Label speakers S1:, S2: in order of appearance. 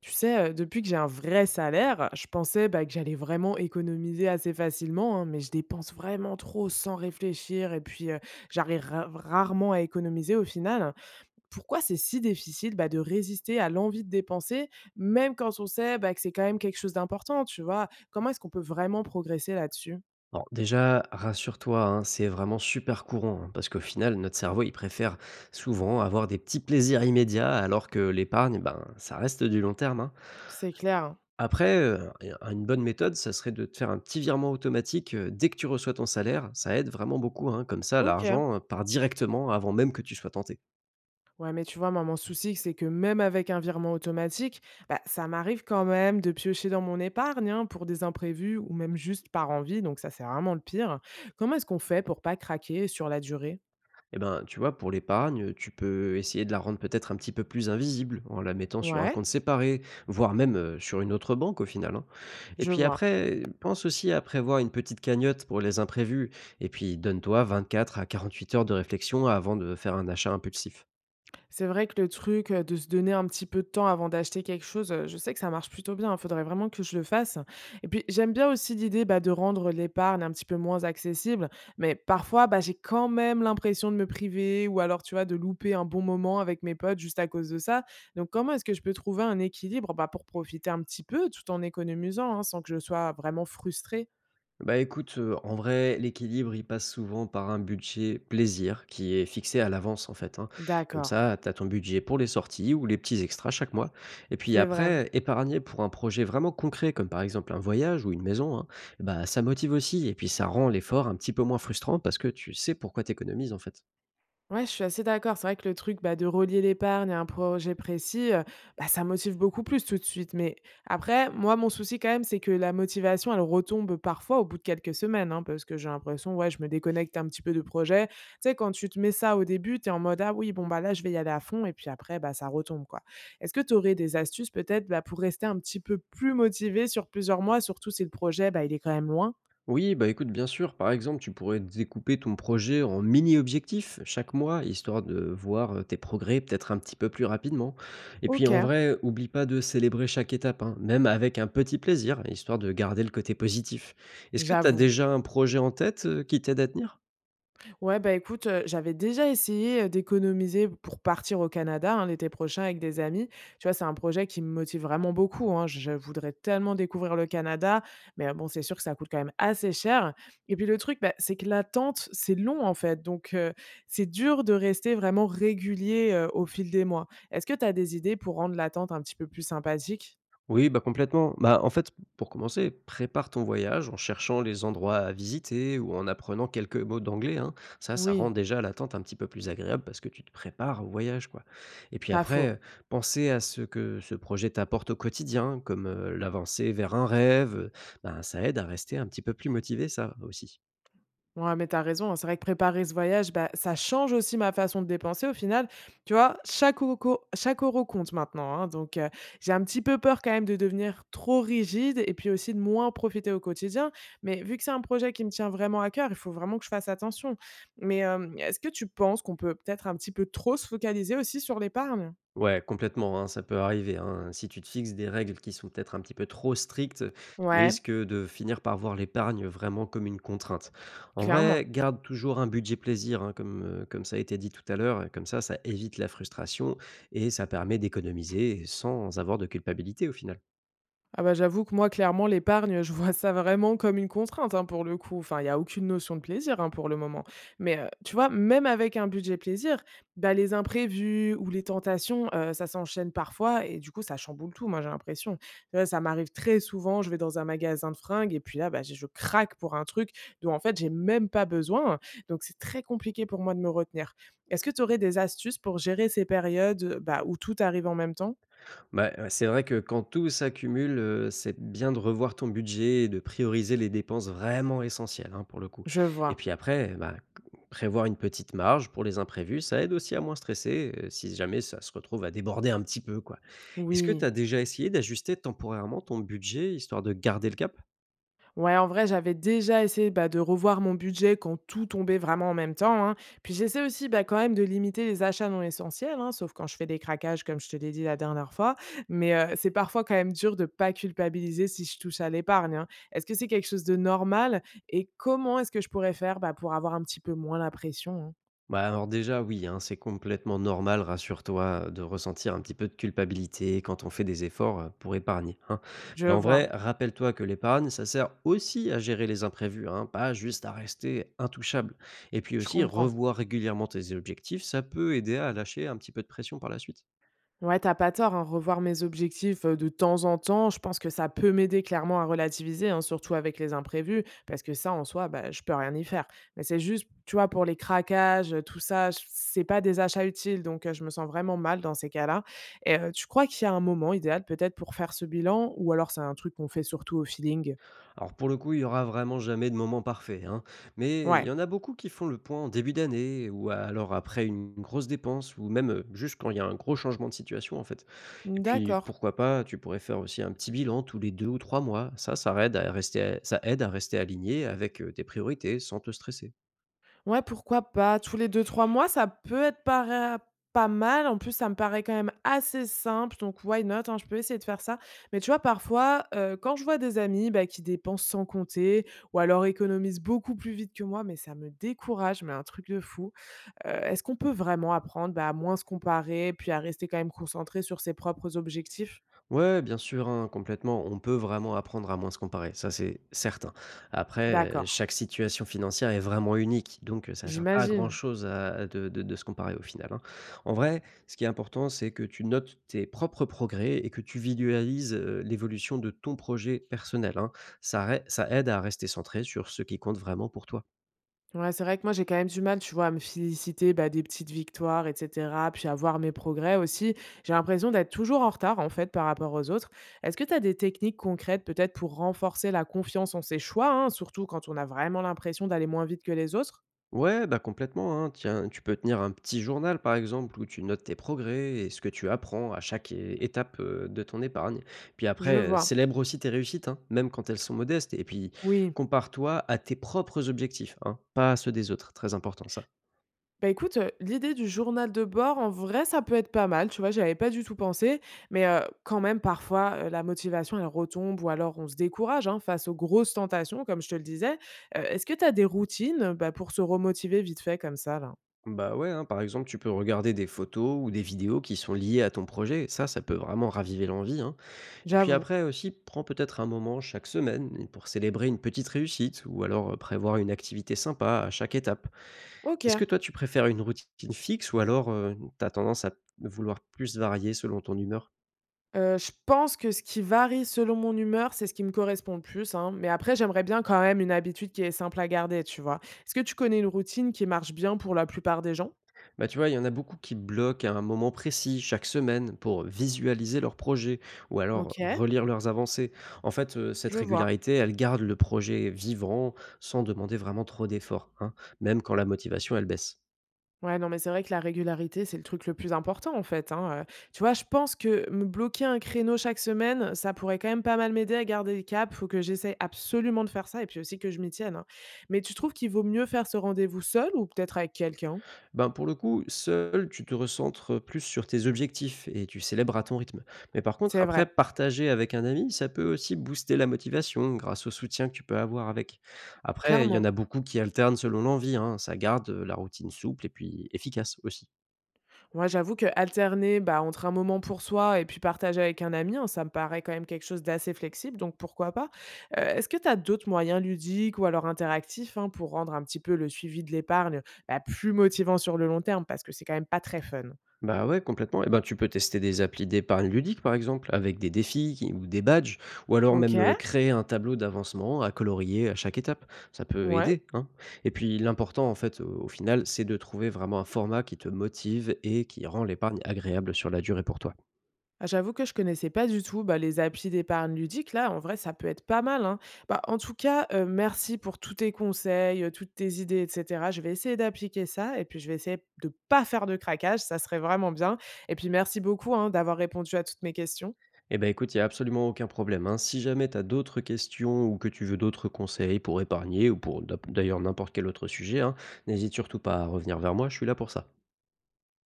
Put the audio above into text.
S1: Tu sais, depuis que j'ai un vrai salaire, je pensais, bah, que j'allais vraiment économiser assez facilement, hein, mais je dépense vraiment trop sans réfléchir et puis, j'arrive ra rarement à économiser au final. Pourquoi c'est si difficile, bah, de résister à l'envie de dépenser, même quand on sait, bah, que c'est quand même quelque chose d'important, tu vois? Comment est-ce qu'on peut vraiment progresser là-dessus?
S2: Alors déjà, rassure-toi, hein, c'est vraiment super courant, hein, parce qu'au final, notre cerveau, il préfère souvent avoir des petits plaisirs immédiats, alors que l'épargne, ben, ça reste du long terme, hein.
S1: C'est clair.
S2: Après, une bonne méthode, ça serait de te faire un petit virement automatique dès que tu reçois ton salaire. Ça aide vraiment beaucoup, hein, comme ça,
S1: OK.
S2: l'argent part directement avant même que tu sois tenté.
S1: Ouais, mais tu vois, moi, mon souci, c'est que même avec un virement automatique, bah, ça m'arrive quand même de piocher dans mon épargne, hein, pour des imprévus ou même juste par envie. Donc, ça, c'est vraiment le pire. Comment est-ce qu'on fait pour pas craquer sur la durée?
S2: Eh ben, tu vois, pour l'épargne, tu peux essayer de la rendre peut-être un petit peu plus invisible, en la mettant sur un
S1: Ouais,
S2: compte séparé, voire même, sur une autre banque au final, hein. Et
S1: je
S2: puis
S1: vois.
S2: après, pense aussi à prévoir une petite cagnotte pour les imprévus et puis donne-toi 24 à 48 heures de réflexion avant de faire un achat impulsif.
S1: C'est vrai que le truc, de se donner un petit peu de temps avant d'acheter quelque chose, je sais que ça marche plutôt bien. Il faudrait vraiment que je le fasse et puis j'aime bien aussi l'idée, bah, de rendre l'épargne un petit peu moins accessible, mais parfois, bah, j'ai quand même l'impression de me priver ou alors, tu vois, de louper un bon moment avec mes potes juste à cause de ça. Donc comment est-ce que je peux trouver un équilibre, bah, pour profiter un petit peu tout en économisant, hein, sans que je sois vraiment frustrée?
S2: Bah, écoute, en vrai, l'équilibre, il passe souvent par un budget plaisir qui est fixé à l'avance, en fait, hein. Comme
S1: D'accord,
S2: ça, tu as ton budget pour les sorties ou les petits extras chaque mois et puis
S1: c'est vrai.
S2: après, épargner pour un projet vraiment concret comme, par exemple, un voyage ou une maison, hein, bah, ça motive aussi et puis ça rend l'effort un petit peu moins frustrant parce que tu sais pourquoi tu économises, en fait.
S1: Ouais, je suis assez d'accord. C'est vrai que le truc, bah, de relier l'épargne à un projet précis, bah, ça motive beaucoup plus tout de suite. Mais après, moi, mon souci quand même, c'est que la motivation, elle retombe parfois au bout de quelques semaines, hein, parce que j'ai l'impression, ouais, je me déconnecte un petit peu de projet. Tu sais, quand tu te mets ça au début, tu es en mode: «Ah oui, bon, bah, là, je vais y aller à fond» et puis après, bah, ça retombe, quoi. Est-ce que tu aurais des astuces peut-être, bah, pour rester un petit peu plus motivé sur plusieurs mois, surtout si le projet, bah, il est quand même loin?
S2: Oui, bah écoute, bien sûr, par exemple, tu pourrais découper ton projet en mini-objectifs chaque mois, histoire de voir tes progrès peut-être un petit peu plus rapidement. Et puis en
S1: OK,
S2: vrai, oublie pas de célébrer chaque étape, hein, même avec un petit plaisir, histoire de garder le côté positif. Est-ce que tu as
S1: j'avoue.
S2: déjà un projet en tête qui t'aide à tenir?
S1: Ouais, bah, écoute, j'avais déjà essayé, d'économiser pour partir au Canada, hein, l'été prochain avec des amis. Tu vois, c'est un projet qui me motive vraiment beaucoup, hein. Je voudrais tellement découvrir le Canada, mais bon, c'est sûr que ça coûte quand même assez cher et puis le truc, bah, c'est que l'attente, c'est long, en fait, donc c'est dur de rester vraiment régulier, au fil des mois. Est-ce que tu as des idées pour rendre l'attente un petit peu plus sympathique?
S2: Oui, bah, complètement. Bah, en fait, pour commencer, prépare ton voyage en cherchant les endroits à visiter ou en apprenant quelques mots d'anglais, hein. Ça
S1: Oui,
S2: rend déjà l'attente un petit peu plus agréable parce que tu te prépares au voyage, quoi. Et puis
S1: pas faux.
S2: après, penser à ce que ce projet t'apporte au quotidien, comme, l'avancée vers un rêve, ben, ça aide à rester un petit peu plus motivé, ça aussi.
S1: Ouais, mais t'as raison, hein. C'est vrai que préparer ce voyage, bah, ça change aussi ma façon de dépenser au final. Tu vois, chaque euro compte maintenant, hein. Donc, j'ai un petit peu peur quand même de devenir trop rigide et puis aussi de moins profiter au quotidien. Mais vu que c'est un projet qui me tient vraiment à cœur, il faut vraiment que je fasse attention. Mais, est-ce que tu penses qu'on peut peut-être un petit peu trop se focaliser aussi sur l'épargne?
S2: Ouais, complètement, hein, ça peut arriver, hein. Si tu te fixes des règles qui sont peut-être un petit peu trop strictes, tu
S1: Ouais.
S2: risques de finir par voir l'épargne vraiment comme une contrainte. En
S1: Clairement.
S2: vrai, garde toujours un budget plaisir, hein, comme, comme ça a été dit tout à l'heure, et comme ça évite la frustration et ça permet d'économiser sans avoir de culpabilité au final.
S1: Ah bah, j'avoue que moi, clairement, l'épargne, je vois ça vraiment comme une contrainte, hein, pour le coup. Enfin, il y a aucune notion de plaisir, hein, pour le moment. Mais, tu vois, même avec un budget plaisir, bah, les imprévus ou les tentations, ça s'enchaîne parfois et du coup, ça chamboule tout, moi, j'ai l'impression. Tu vois, ça m'arrive très souvent, je vais dans un magasin de fringues et puis là, bah, je craque pour un truc dont, en fait, j'ai même pas besoin. Donc c'est très compliqué pour moi de me retenir. Est-ce que tu aurais des astuces pour gérer ces périodes, bah, où tout arrive en même temps?
S2: Bah, c'est vrai que quand tout s'accumule, c'est bien de revoir ton budget et de prioriser les dépenses vraiment essentielles, hein, pour le coup.
S1: Je
S2: Et
S1: vois.
S2: puis après, bah, c prévoir une petite marge pour les imprévus, ça aide aussi à moins stresser, si jamais ça se retrouve à déborder un petit peu, quoi. Est-ce que tu as
S1: Oui.
S2: déjà essayé d'ajuster temporairement ton budget, histoire de garder le cap?
S1: Ouais, en vrai, j'avais déjà essayé, bah, de revoir mon budget quand tout tombait vraiment en même temps, hein. Puis j'essaie aussi, bah, quand même de limiter les achats non essentiels, hein, sauf quand je fais des craquages, comme je te l'ai dit la dernière fois. Mais c'est parfois quand même dur de pas culpabiliser si je touche à l'épargne, hein. Est-ce que c'est quelque chose de normal? Et comment est-ce que je pourrais faire, bah, pour avoir un petit peu moins la pression, hein?
S2: Bah, alors déjà, oui, hein, c'est complètement normal, rassure-toi, de ressentir un petit peu de culpabilité quand on fait des efforts pour épargner, hein.
S1: Je
S2: Mais en vrai,
S1: vois,
S2: rappelle-toi que l'épargne, ça sert aussi à gérer les imprévus, hein, pas juste à rester intouchable. Et puis
S1: je
S2: aussi,
S1: comprends.
S2: revoir régulièrement tes objectifs, ça peut aider à lâcher un petit peu de pression par la suite.
S1: Ouais, t'as pas tort, hein, revoir mes objectifs de temps en temps, je pense que ça peut m'aider clairement à relativiser, hein, surtout avec les imprévus, parce que ça, en soi, bah, je peux rien y faire. Mais c'est juste, tu vois, pour les craquages, tout ça, c'est pas des achats utiles, donc je me sens vraiment mal dans ces cas-là. Et tu crois qu'il y a un moment idéal peut-être pour faire ce bilan, ou alors c'est un truc qu'on fait surtout au feeling?
S2: Alors pour le coup, il y aura vraiment jamais de moment parfait, hein. Mais il
S1: Ouais,
S2: y en a beaucoup qui font le point en début d'année ou alors après une grosse dépense ou même, juste quand il y a un gros changement de situation, en fait. Et puis
S1: d'accord.
S2: pourquoi pas, tu pourrais faire aussi un petit bilan tous les 2 ou 3 mois. Ça, ça aide à rester aligné avec, tes priorités sans te stresser.
S1: Ouais, pourquoi pas? Tous les deux trois mois, ça peut être para pas mal. En plus, ça me paraît quand même assez simple, donc why not, hein? Je peux essayer de faire ça. Mais tu vois, parfois, quand je vois des amis, bah, qui dépensent sans compter ou alors économisent beaucoup plus vite que moi, mais ça me décourage, mais un truc de fou. Est-ce qu'on peut vraiment apprendre, bah, à moins se comparer, puis à rester quand même concentré sur ses propres objectifs?
S2: Ouais, bien sûr, hein, complètement. On peut vraiment apprendre à moins se comparer, ça c'est certain. Après,
S1: D'accord,
S2: chaque situation financière est vraiment unique, donc ça ne sert pas à
S1: j'imagine.
S2: grand-chose à de se comparer au final, hein. En vrai, ce qui est important, c'est que tu notes tes propres progrès et que tu visualises, l'évolution de ton projet personnel, hein. Ça aide à rester centré sur ce qui compte vraiment pour toi.
S1: Ouais, c'est vrai que moi, j'ai quand même du mal, tu vois, à me féliciter, bah, des petites victoires, etc., puis à voir mes progrès aussi. J'ai l'impression d'être toujours en retard, en fait, par rapport aux autres. Est-ce que tu as des techniques concrètes, peut-être, pour renforcer la confiance en ses choix, hein, surtout quand on a vraiment l'impression d'aller moins vite que les autres?
S2: Ouais, bah complètement, hein. Tiens, tu peux tenir un petit journal, par exemple, où tu notes tes progrès et ce que tu apprends à chaque étape de ton épargne. Puis
S1: Je
S2: après,
S1: vois.
S2: célèbre aussi tes réussites, hein, même quand elles sont modestes. Et puis,
S1: Oui.
S2: compare-toi à tes propres objectifs, hein, pas à ceux des autres. Très important, ça.
S1: Bah, écoute, l'idée du journal de bord, en vrai, ça peut être pas mal, tu vois? J'y avais pas du tout pensé, mais, quand même parfois, la motivation, elle retombe ou alors on se décourage, hein, face aux grosses tentations, comme je te le disais. Est-ce que tu as des routines, bah, pour se remotiver vite fait comme ça, là?
S2: Bah ouais, hein, par exemple, tu peux regarder des photos ou des vidéos qui sont liées à ton projet. Ça peut vraiment raviver l'envie, hein. Et puis
S1: J'avoue.
S2: après aussi, prends peut-être un moment chaque semaine pour célébrer une petite réussite ou alors prévoir une activité sympa à chaque étape. Est-ce
S1: OK.
S2: que toi, tu préfères une routine fixe ou alors, tu tendance à vouloir plus varier selon ton humeur?
S1: Je pense que ce qui varie selon mon humeur, c'est ce qui me correspond le plus, hein, mais après j'aimerais bien quand même une habitude qui est simple à garder, tu vois? Est-ce que tu connais une routine qui marche bien pour la plupart des gens?
S2: Bah, tu vois, il y en a beaucoup qui bloquent à un moment précis chaque semaine pour visualiser leurs projets ou alors
S1: OK,
S2: relire leurs avancées. En fait, cette
S1: je vois.
S2: régularité, elle garde le projet vivant sans demander vraiment trop d'efforts, hein, même quand la motivation, elle baisse.
S1: Ouais, non, mais c'est vrai que la régularité, c'est le truc le plus important, en fait, hein, Tu vois, je pense que me bloquer un créneau chaque semaine, ça pourrait quand même pas mal m'aider à garder le cap. Faut que j'essaie absolument de faire ça et puis aussi que je m'y tienne, hein. Mais tu trouves qu'il vaut mieux faire ce rendez-vous seul ou peut-être avec quelqu'un?
S2: Ben, pour le coup, seul, tu te recentres, plus sur tes objectifs et tu célèbres à ton rythme. Mais par contre,
S1: C'est
S2: après,
S1: vrai,
S2: partager avec un ami, ça peut aussi booster la motivation grâce au soutien que tu peux avoir avec. Après, il y en
S1: clairement.
S2: a beaucoup qui alternent selon l'envie, hein, ça garde, la routine souple et puis efficace aussi.
S1: Moi, j'avoue que alterner, bah, entre un moment pour soi et puis partager avec un ami, hein, ça me paraît quand même quelque chose d'assez flexible, donc pourquoi pas? Est-ce que tu as d'autres moyens ludiques ou alors interactifs, hein, pour rendre un petit peu le suivi de l'épargne, bah, plus motivant sur le long terme? Parce que c'est quand même pas très fun.
S2: Bah ouais, complètement. Et ben, tu peux tester des applis d'épargne ludique, par exemple, avec des défis ou des badges, ou alors même
S1: OK,
S2: créer un tableau d'avancement à colorier à chaque étape. Ça peut
S1: ouais.
S2: aider, hein. Et puis l'important, en fait, au final, c'est de trouver vraiment un format qui te motive et qui rend l'épargne agréable sur la durée pour toi.
S1: Ah, j'avoue que je connaissais pas du tout, bah, les applis d'épargne ludique là, en vrai ça peut être pas mal, hein. Bah, en tout cas, merci pour tous tes conseils, toutes tes idées et cetera. Je vais essayer d'appliquer ça et puis je vais essayer de pas faire de craquage, ça serait vraiment bien et puis merci beaucoup, hein, d'avoir répondu à toutes mes questions.
S2: Eh ben, écoute, il y a absolument aucun problème, hein. Si jamais tu as d'autres questions ou que tu veux d'autres conseils pour épargner ou pour d'ailleurs n'importe quel autre sujet, hein, n'hésite surtout pas à revenir vers moi, je suis là pour ça.